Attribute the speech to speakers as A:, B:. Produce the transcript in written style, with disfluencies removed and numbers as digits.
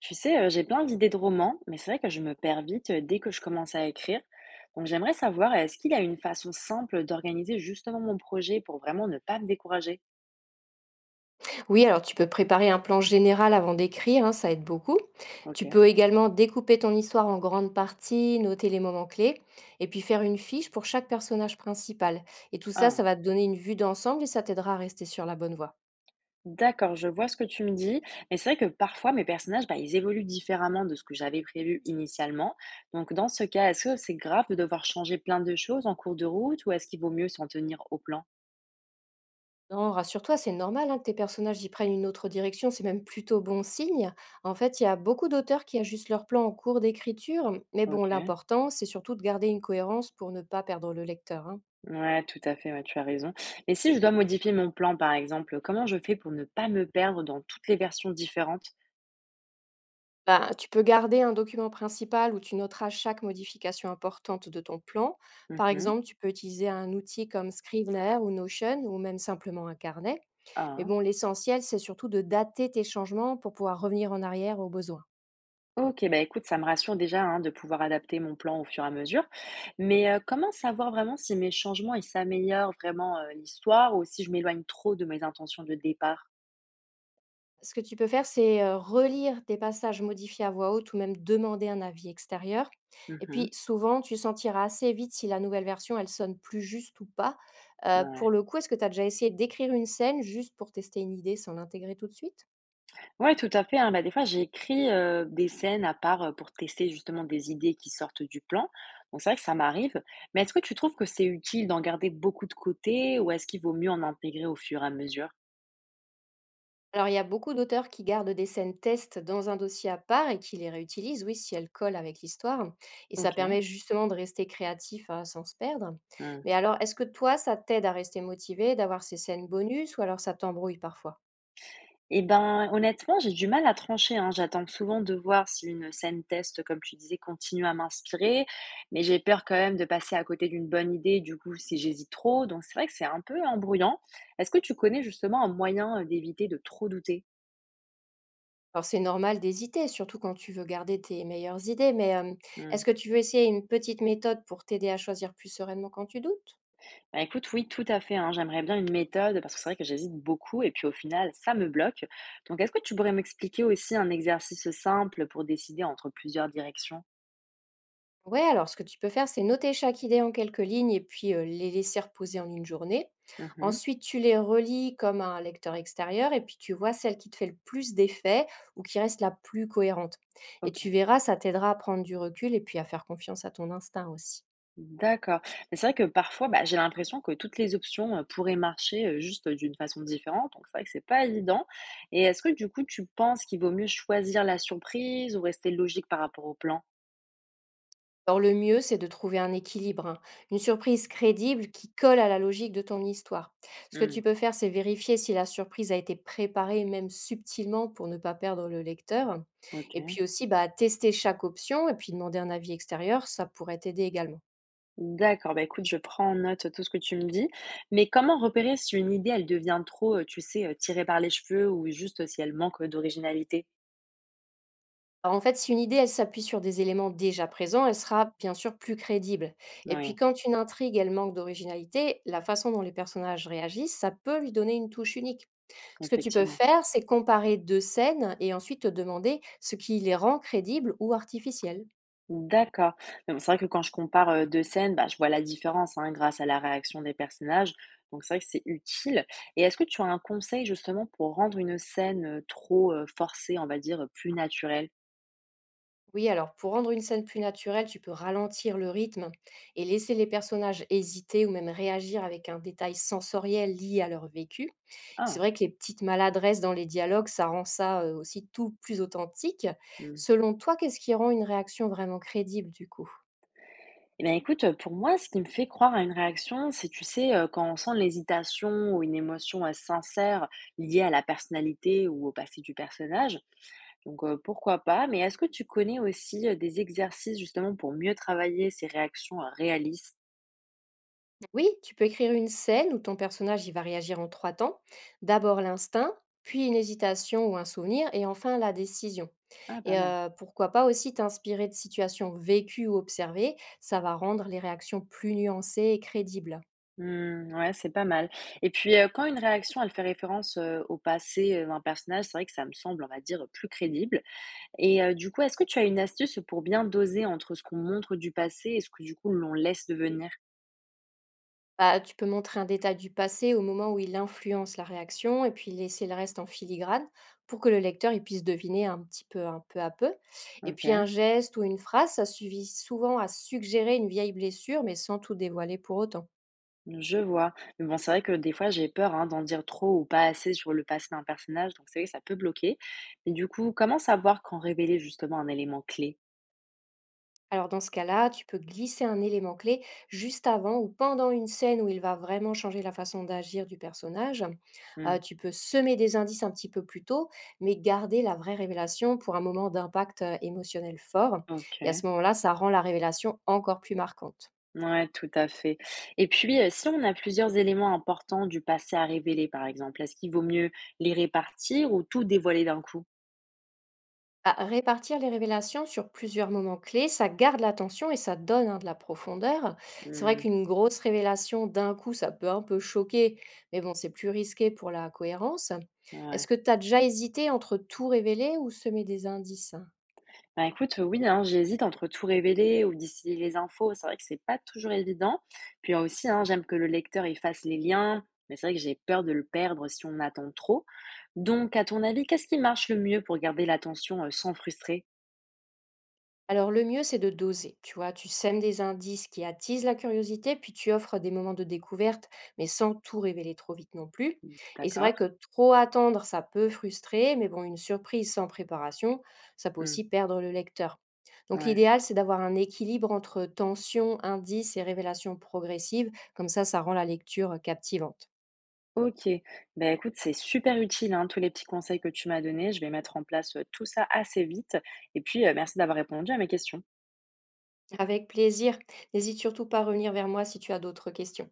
A: Tu sais, j'ai plein d'idées de romans, mais c'est vrai que je me perds vite, dès que je commence à écrire. Donc j'aimerais savoir, est-ce qu'il y a une façon simple d'organiser justement mon projet pour vraiment ne pas me décourager?
B: Oui, alors tu peux préparer un plan général avant d'écrire, hein, ça aide beaucoup. Tu
A: OK.
B: peux également découper ton histoire en grandes parties, noter les moments clés, et puis faire une fiche pour chaque personnage principal. Et tout ça,
A: Ah.
B: ça va te donner une vue d'ensemble et ça t'aidera à rester sur la bonne voie.
A: D'accord, je vois ce que tu me dis. Mais c'est vrai que parfois mes personnages, bah, ils évoluent différemment de ce que j'avais prévu initialement. Donc dans ce cas, est-ce que c'est grave de devoir changer plein de choses en cours de route ou est-ce qu'il vaut mieux s'en tenir au plan?
B: Non, rassure-toi, c'est normal hein, que tes personnages y prennent une autre direction, c'est même plutôt bon signe. En fait, il y a beaucoup d'auteurs qui ajustent leur plan en cours d'écriture, mais bon,
A: OK.
B: l'important, c'est surtout de garder une cohérence pour ne pas perdre le lecteur. Hein.
A: Ouais, tout à fait, ouais, tu as raison. Mais si je dois modifier mon plan, par exemple, comment je fais pour ne pas me perdre dans toutes les versions différentes?
B: Bah, tu peux garder un document principal où tu noteras chaque modification importante de ton plan. Par
A: Mhm.
B: exemple, tu peux utiliser un outil comme Scrivener ou Notion ou même simplement un carnet. Mais
A: Ah,
B: bon, l'essentiel, c'est surtout de dater tes changements pour pouvoir revenir en arrière au besoin.
A: ok, bah écoute, ça me rassure déjà hein, de pouvoir adapter mon plan au fur et à mesure. Mais comment savoir vraiment si mes changements ils s'améliorent vraiment l'histoire ou si je m'éloigne trop de mes intentions de départ?
B: Ce que tu peux faire, c'est relire des passages modifiés à voix haute ou même demander un avis extérieur. Et puis,
A: Mhm.
B: souvent, tu sentiras assez vite si la nouvelle version, elle sonne plus juste ou pas. Pour
A: Ouais.
B: le coup, est-ce que tu as déjà essayé d'écrire une scène juste pour tester une idée sans l'intégrer tout de suite.
A: Ouais, tout à fait, hein. Bah, des fois, j'écris, des scènes à part, pour tester justement des idées qui sortent du plan. Donc c'est vrai que ça m'arrive. Mais est-ce que tu trouves que c'est utile d'en garder beaucoup de côté ou est-ce qu'il vaut mieux en intégrer au fur et à mesure?
B: Alors, il y a beaucoup d'auteurs qui gardent des scènes test dans un dossier à part et qui les réutilisent, oui, si elles collent avec l'histoire. Et ça
A: OK.
B: permet justement de rester créatif hein, sans se perdre.
A: Mmh.
B: Mais alors, est-ce que toi, ça t'aide à rester motivé, d'avoir ces scènes bonus, ou alors ça t'embrouille parfois?
A: Et ben, honnêtement, j'ai du mal à trancher, hein. J'attends souvent de voir si une scène test, comme tu disais, continue à m'inspirer. Mais j'ai peur quand même de passer à côté d'une bonne idée, du coup, si j'hésite trop. Donc c'est vrai que c'est un peu embrouillant. Est-ce que tu connais justement un moyen, d'éviter de trop douter?
B: Alors, c'est normal d'hésiter, surtout quand tu veux garder tes meilleures idées, mais est-ce
A: Mmh.
B: que tu veux essayer une petite méthode pour t'aider à choisir plus sereinement quand tu doutes?
A: Bah, écoute, oui, tout à fait, hein. J'aimerais bien une méthode parce que c'est vrai que j'hésite beaucoup et puis au final, ça me bloque. Donc, est-ce que tu pourrais m'expliquer aussi un exercice simple pour décider entre plusieurs directions?
B: Ouais, alors ce que tu peux faire, c'est noter chaque idée en quelques lignes et puis les laisser reposer en une journée.
A: Mhm.
B: Ensuite, tu les relis comme un lecteur extérieur et puis tu vois celle qui te fait le plus d'effet ou qui reste la plus cohérente. Et
A: Ok,
B: tu verras, ça t'aidera à prendre du recul et puis à faire confiance à ton instinct aussi.
A: d'accord. Mais c'est vrai que parfois, bah, j'ai l'impression que toutes les options pourraient marcher juste d'une façon différente. Donc, c'est vrai que c'est pas évident. Et est-ce que du coup, tu penses qu'il vaut mieux choisir la surprise ou rester logique par rapport au plan?
B: Alors le mieux, c'est de trouver un équilibre, hein, une surprise crédible qui colle à la logique de ton histoire. Ce que
A: Hmm,
B: tu peux faire, c'est vérifier si la surprise a été préparée, même subtilement, pour ne pas perdre le lecteur. Et
A: ok.
B: puis aussi, bah, tester chaque option et puis demander un avis extérieur, ça pourrait t'aider également.
A: D'accord, bah, écoute, je prends en note tout ce que tu me dis. Mais comment repérer si une idée, elle devient trop, tu sais, tirée par les cheveux ou juste si elle manque d'originalité?
B: Alors en fait, si une idée, elle s'appuie sur des éléments déjà présents, elle sera bien sûr plus crédible. Et puis
A: Oui,
B: quand une intrigue, elle manque d'originalité, la façon dont les personnages réagissent, ça peut lui donner une touche unique. Ce que tu peux
A: effectivement.
B: faire, c'est comparer 2 scènes et ensuite te demander ce qui les rend crédibles ou artificielles.
A: D'accord. Mais bon, c'est vrai que quand je compare, 2 scènes, bah, je vois la différence, hein, grâce à la réaction des personnages. Donc c'est vrai que c'est utile. Et est-ce que tu as un conseil justement pour rendre une scène, trop, forcée, on va dire, plus naturelle?
B: Oui, alors pour rendre une scène plus naturelle, tu peux ralentir le rythme et laisser les personnages hésiter ou même réagir avec un détail sensoriel lié à leur vécu. C'est
A: Ah!
B: vrai que les petites maladresses dans les dialogues, ça rend ça aussi tout plus authentique.
A: Mmh.
B: Selon toi, qu'est-ce qui rend une réaction vraiment crédible du coup?
A: Eh bien écoute, pour moi, ce qui me fait croire à une réaction, c'est, tu sais, quand on sent l'hésitation ou une émotion, sincère liée à la personnalité ou au passé du personnage, donc pourquoi pas, mais est-ce que tu connais aussi, des exercices justement pour mieux travailler ces réactions, réalistes?
B: Oui, tu peux écrire une scène où ton personnage il va réagir en trois temps. D'abord l'instinct, puis une hésitation ou un souvenir, et enfin la décision.
A: Ah, pas
B: Et
A: mal.
B: pourquoi pas aussi t'inspirer de situations vécues ou observées, ça va rendre les réactions plus nuancées et crédibles.
A: Mmh, ouais, c'est pas mal et puis, quand une réaction, elle fait référence, au passé, d'un personnage, c'est vrai que ça me semble, on va dire, plus crédible et du coup, est-ce que tu as une astuce pour bien doser entre ce qu'on montre du passé et ce que, du coup, l'on laisse devenir?
B: Bah, tu peux montrer un détail du passé au moment où il influence la réaction et puis laisser le reste en filigrane pour que le lecteur il puisse deviner un petit peu, un peu à peu. Et puis un
A: OK,
B: geste ou une phrase, ça suffit souvent à suggérer une vieille blessure, mais sans tout dévoiler pour autant.
A: je vois. Mais bon, c'est vrai que des fois, j'ai peur, hein, d'en dire trop ou pas assez sur le passé d'un personnage, donc c'est vrai que ça peut bloquer. Mais du coup, comment savoir quand révéler justement un élément clé?
B: Alors dans ce cas-là, tu peux glisser un élément clé juste avant ou pendant une scène où il va vraiment changer la façon d'agir du personnage.
A: Mmh.
B: Tu peux semer des indices un petit peu plus tôt, mais garder la vraie révélation pour un moment d'impact émotionnel fort. Et à ce
A: OK.
B: moment-là, ça rend la révélation encore plus marquante.
A: Ouais, tout à fait. Et puis, si on a plusieurs éléments importants du passé à révéler, par exemple, est-ce qu'il vaut mieux les répartir ou tout dévoiler d'un coup?
B: Bah, répartir les révélations sur plusieurs moments clés, ça garde l'attention et ça donne hein, de la profondeur. C'est vrai
A: Mmh.
B: qu'une grosse révélation d'un coup, ça peut un peu choquer, mais bon, c'est plus risqué pour la cohérence. Est-ce
A: Ouais.
B: que tu as déjà hésité entre tout révéler ou semer des indices?
A: Bah, écoute, oui, hein, j'hésite entre tout révéler ou distiller les infos. C'est vrai que c'est pas toujours évident. Puis, aussi, hein, j'aime que le lecteur, il fasse les liens, mais c'est vrai que j'ai peur de le perdre si on attend trop. Donc à ton avis, qu'est-ce qui marche le mieux pour garder l'attention, sans frustrer?
B: Alors le mieux, c'est de doser, tu vois, tu sèmes des indices qui attisent la curiosité, puis tu offres des moments de découverte, mais sans tout révéler trop vite non plus. Et c'est vrai
A: D'accord.
B: que trop attendre, ça peut frustrer, mais bon, une surprise sans préparation, ça peut
A: Mmh,
B: aussi perdre le lecteur. Donc
A: ouais.
B: l'idéal, c'est d'avoir un équilibre entre tension, indices et révélation progressive, comme ça rend la lecture captivante.
A: OK. Ben écoute, c'est super utile, hein, tous les petits conseils que tu m'as donnés. Je vais mettre en place, tout ça assez vite et puis, merci d'avoir répondu à mes questions.
B: Avec plaisir, n'hésite surtout pas à revenir vers moi si tu as d'autres questions.